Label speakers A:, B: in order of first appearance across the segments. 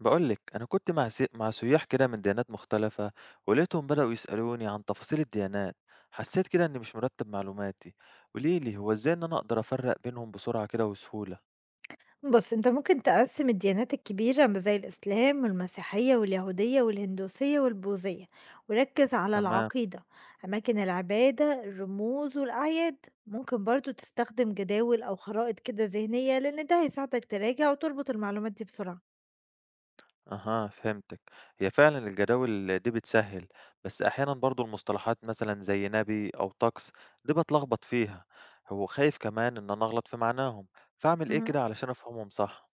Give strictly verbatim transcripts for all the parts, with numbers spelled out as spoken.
A: بقولك أنا كنت مع سي... مع سياح كده من ديانات مختلفة، ولقيتهم بدأوا يسألوني عن تفاصيل الديانات. حسيت كده إني مش مرتب معلوماتي. قوليلي هو إزاي إن أنا أقدر أفرق بينهم بسرعة كده وسهولة؟
B: بُص، أنت ممكن تقسّم الديانات الكبيرة م زي الإسلام والمسيحية واليهودية والهندوسية والبوذية، وركّز على
A: تمام،
B: العقيدة، أماكن العبادة، الرموز والأعياد. ممكن برضه تستخدم جداول أو خرائط كده ذهنية لأن ده هيساعدك تراجع وتربط المعلومات دي بسرعة.
A: أها فهمتك. هي فعلا الجداول دي بتسهل، بس أحيانا برضو المصطلحات مثلا زي نبي أو طقس دي بتلخبط فيها. هو خايف كمان إن أنا أغلط في معناهم، فأعمل إيه
B: اهم.
A: كده علشان أفهمهم صح؟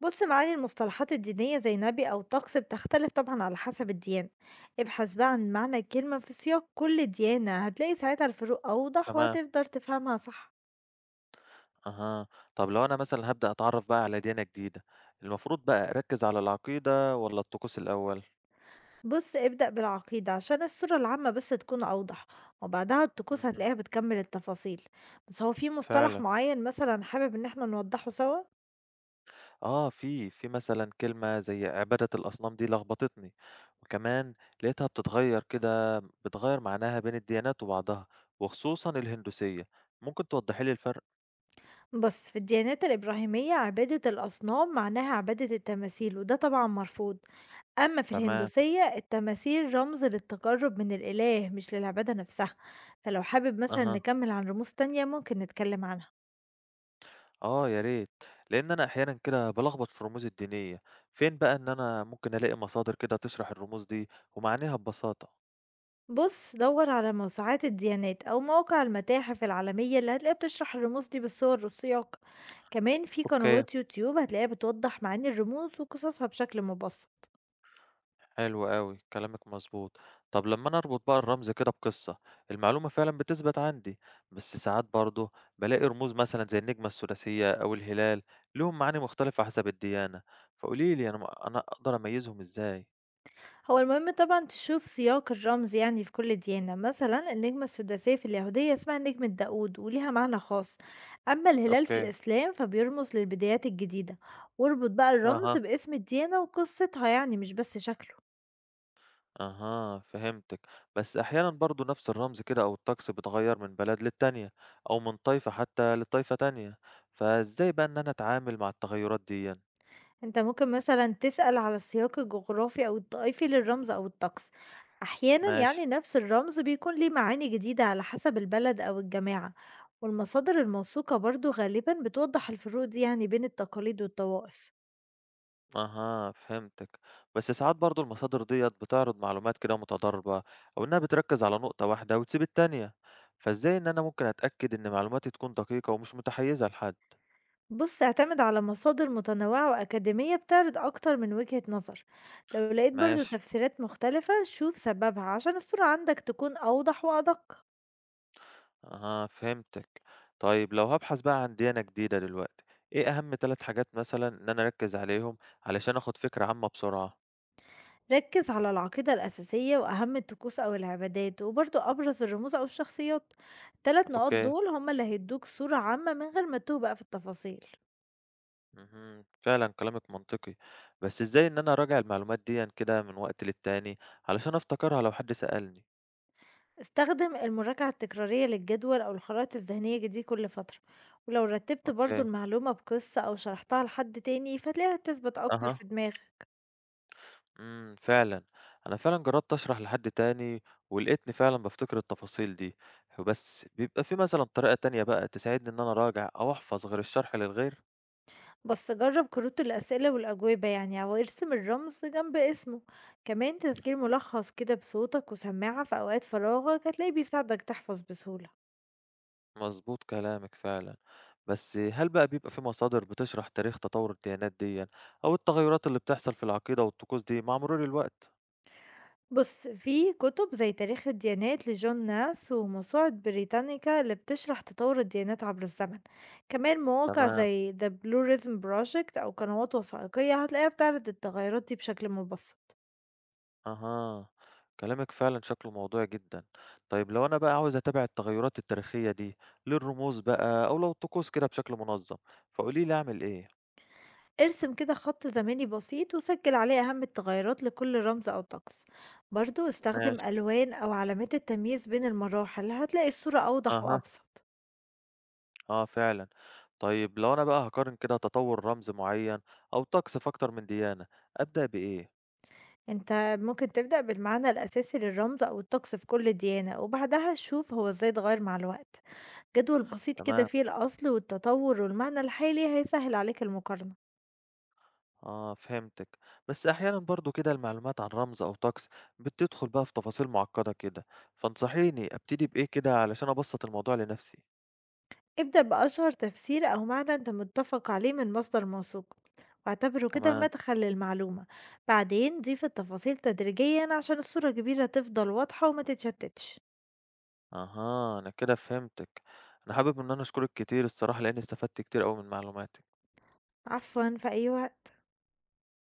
B: بُص، معاني المصطلحات الدينية زي نبي أو طقس بتختلف طبعًا على حسب الديانة. ابحث بقى عن معنى الكلمة في سياق كل ديانة، هتلاقي ساعتها الفروق أوضح
A: تمام،
B: وهتقدر تفهمها صح.
A: أها، طب لو أنا مثلًا هابدأ أتعرّف بقى على ديانة جديدة، المفروض بقى أركّز على العقيدة والّا الطقوس الأول؟
B: بُص، ابدأ بالعقيدة عشان الصورة العامة بس تكون أوضح، وبعدها الطقوس
A: اهم،
B: هتلاقيها بتكمل التفاصيل، بس هو في مصطلح
A: فعلًا.
B: معين مثلًا حابب إن إحنا نوضحه سوا؟
A: آه، في في مثلًا كلمة زي عبادة الأصنام دي لخبطتني، وكمان لقيتها بتتغيّر كده، بتغيّر معناها بين الديانات وبعضها، وخصوصًا الهندوسية، ممكن توضّحي لي الفرق؟
B: بُص، في الديانات الإبراهيمية عبادة الأصنام معناها عبادة التماثيل وده طبعًا مرفوض، أما في
A: تمام،
B: الهندوسية التماثيل رمز للتقرب من الإله مش للعبادة نفسها، فلو حابب مثلًا
A: أها،
B: نكمل عن رموز تانية ممكن نتكلم عنها.
A: آه يا ريت، لإن أنا أحيانًا كده بالخبط في الرموز الدينية، فين بقى إن أنا ممكن ألاقي مصادر كده تشرح الرموز دي ومعانيها ببساطة؟
B: بُص، دَوّر على موسوعات الديانات أو مواقع المتاحف العالمية اللي هتلاقيها بتشرح الرموز دي بالصور والسياق، كمان في
A: أوكي.
B: قنوات يوتيوب هتلاقيها بتوضّح معاني الرموز وقصصها بشكل مبسّط.
A: حلو أوي، كلامِك مضبوط. طب لمّا أنا أربط بقى الرمز كده بقصة، المعلومة فعلًا بتثبت عندي، بس ساعات برضه بالاقي رموز مثلًا زي النجمة الثلاثية أو الهلال ليهم معاني مختلفة حسب الديانة، فقولي لي أنا م أنا أقدر أميزهم إزاي؟
B: هو المهم طبعًا تشوف سياق الرمز يعني في كل ديانة، مثلًا النجمة السداسية في اليهودية اسمها نجمة داوود وليها معنى خاص، أمّا الهلال في
A: أوكي،
B: الإسلام فبيرمز للبدايات الجديدة، واربط بقى الرمز
A: أها،
B: باسم الديانة وقصتها يعني مش بس شكله.
A: أها، فهمتِك. بس أحيانًا برضه نفس الرمز كده أو الطقس بيتغير من بلد للتانية أو من طائفة حتى لطائفة تانية، فإزاي بقى إن أنا أتعامل مع التغيرات ديًا؟
B: أنت ممكن مثلًا تسأل على السياق الجغرافي أو الطائفي للرمز أو الطقس، أحيانًا
A: ماشي.
B: يعني نفس الرمز بيكون ليه معاني جديدة على حسب البلد أو الجماعة، والمصادر الموثوقة برضه غالبًا بتوضح الفروق دي يعني بين التقاليد والطوائف.
A: أها فهمتِك، بس ساعات برضه المصادر ديّة بتعرض معلومات كده متضاربة أو إنها بتركّز على نقطة واحدة وتسيب التانية، فإزاي إن أنا ممكن أتأكد إن معلوماتي تكون دقيقة ومش متحيّزة لحد؟
B: بُص اعتمد على مصادر متنوعة وأكاديمية بتعرض أكتر من وجهة نظر، لو لقيت برضه
A: ماشي،
B: تفسيرات مختلفة شوف سببها عشان الصورة عندك تكون أوضح وأدق.
A: أها فهمتِك، طيب لو هابحث بقى عن ديانة جديدة دلوقتي، إيه أهم ثلاث حاجات مثلًا إن أنا أركّز عليهم علشان آخُد فكرة عامة بسرعة؟
B: ركز على العقيدة الأساسية وأهم الطقوس أو العبادات وبرضه أبرز الرموز أو الشخصيات، التلات نقاط
A: أوكي،
B: دول هما اللي هيدوك صورة عامة من غير ما تتوه بقى في التفاصيل.
A: اهم، فعلًا كلامِك منطقي، بس إزاي إن أنا أراجع المعلومات ديًا كده من وقت للتاني علشان أفتكرها لو حد سألني؟
B: استخدم المراجعة التكرارية للجدول أو الخرائط الذهنية دي كل فترة، ولو رتبت برضه
A: أوكي،
B: المعلومة بقصة أو شرحتها لحد تاني فتلاقيها تثبت أكتر
A: أها.
B: في دماغك.
A: إمم، فعلًا، أنا فعلًا جرّبت أشرح لحد تاني ولقيتني فعلًا بافتكر التفاصيل دي، بس بيبقى في مثلًا طريقة تانية بقى تساعدني إن أنا أراجع أو أحفظ غير الشرح للغير؟
B: بس جرب كروت الأسئلة والأجوبة يعني أو ارسم الرمز جنب اسمه، كمان تسجيل ملخص كده بصوتك وسماعة في أوقات فراغك هتلاقيه بيساعدك تحفظ بسهولة.
A: مضبوط كلامك فعلًا، بس هل بقى بيبقى في مصادر بتشرح تاريخ تطور الديانات ديًا أو التغيرات اللي بتحصل في العقيدة والطقوس دي مع مرور الوقت؟
B: بص في كتب زي تاريخ الديانات لجون ناس وموسوعة بريتانيكا اللي بتشرح تطور الديانات عبر الزمن، كمان مواقع
A: تمام.
B: زي The Blue Rhythm Project أو قنوات وثائقية هتلاقيها بتعرض التغيرات دي بشكل مبسط.
A: أها، كلامك فعلا شكله موضوعي جدا. طيب لو أنا بقى عاوز أتابع التغيرات التاريخية دي للرموز بقى أو لو الطقوس كده بشكل منظم، فقولي لي أعمل إيه.
B: ارسم كده خط زمني بسيط وسجل عليه أهم التغيرات لكل رمز أو طقس، برضو استخدم
A: ماشي،
B: ألوان أو علامات التمييز بين المراحل هتلاقي الصورة أوضح
A: أها،
B: وأبسط.
A: أه فعلا. طيب لو أنا بقى هقارن كده تطور رمز معين أو طقس في أكتر من ديانة، أبدأ بإيه؟
B: انت ممكن تبدأ بالمعنى الأساسي للرمز أو الطقس في كل ديانة وبعدها شوف هو ازاي اتغير مع الوقت، جدول بسيط كده
A: تمام،
B: فيه الأصل والتطور والمعنى الحالي هيسهل عليك المقارنة.
A: أه فهمتك. بس أحيانا برضو كده المعلومات عن رمز أو طقس بتدخل بقى في تفاصيل معقدة كده، فانصحيني أبتدي بإيه كده علشان أبسط الموضوع لنفسي.
B: ابدأ بأشهر تفسير أو معنى انت متفق عليه من مصدر موثوق واعتبره كده
A: تمام،
B: مدخل للمعلومة. بعدين ضيف التفاصيل تدريجيا عشان الصورة الكبيرة تفضل واضحة وما تتشتتش.
A: أها، أنا كده فهمتِك. أنا حابب إن أنا أشكرِك كتير الصراحة، لإني استفدت كتير أوي من معلوماتِك.
B: عفوا، في أي وقت.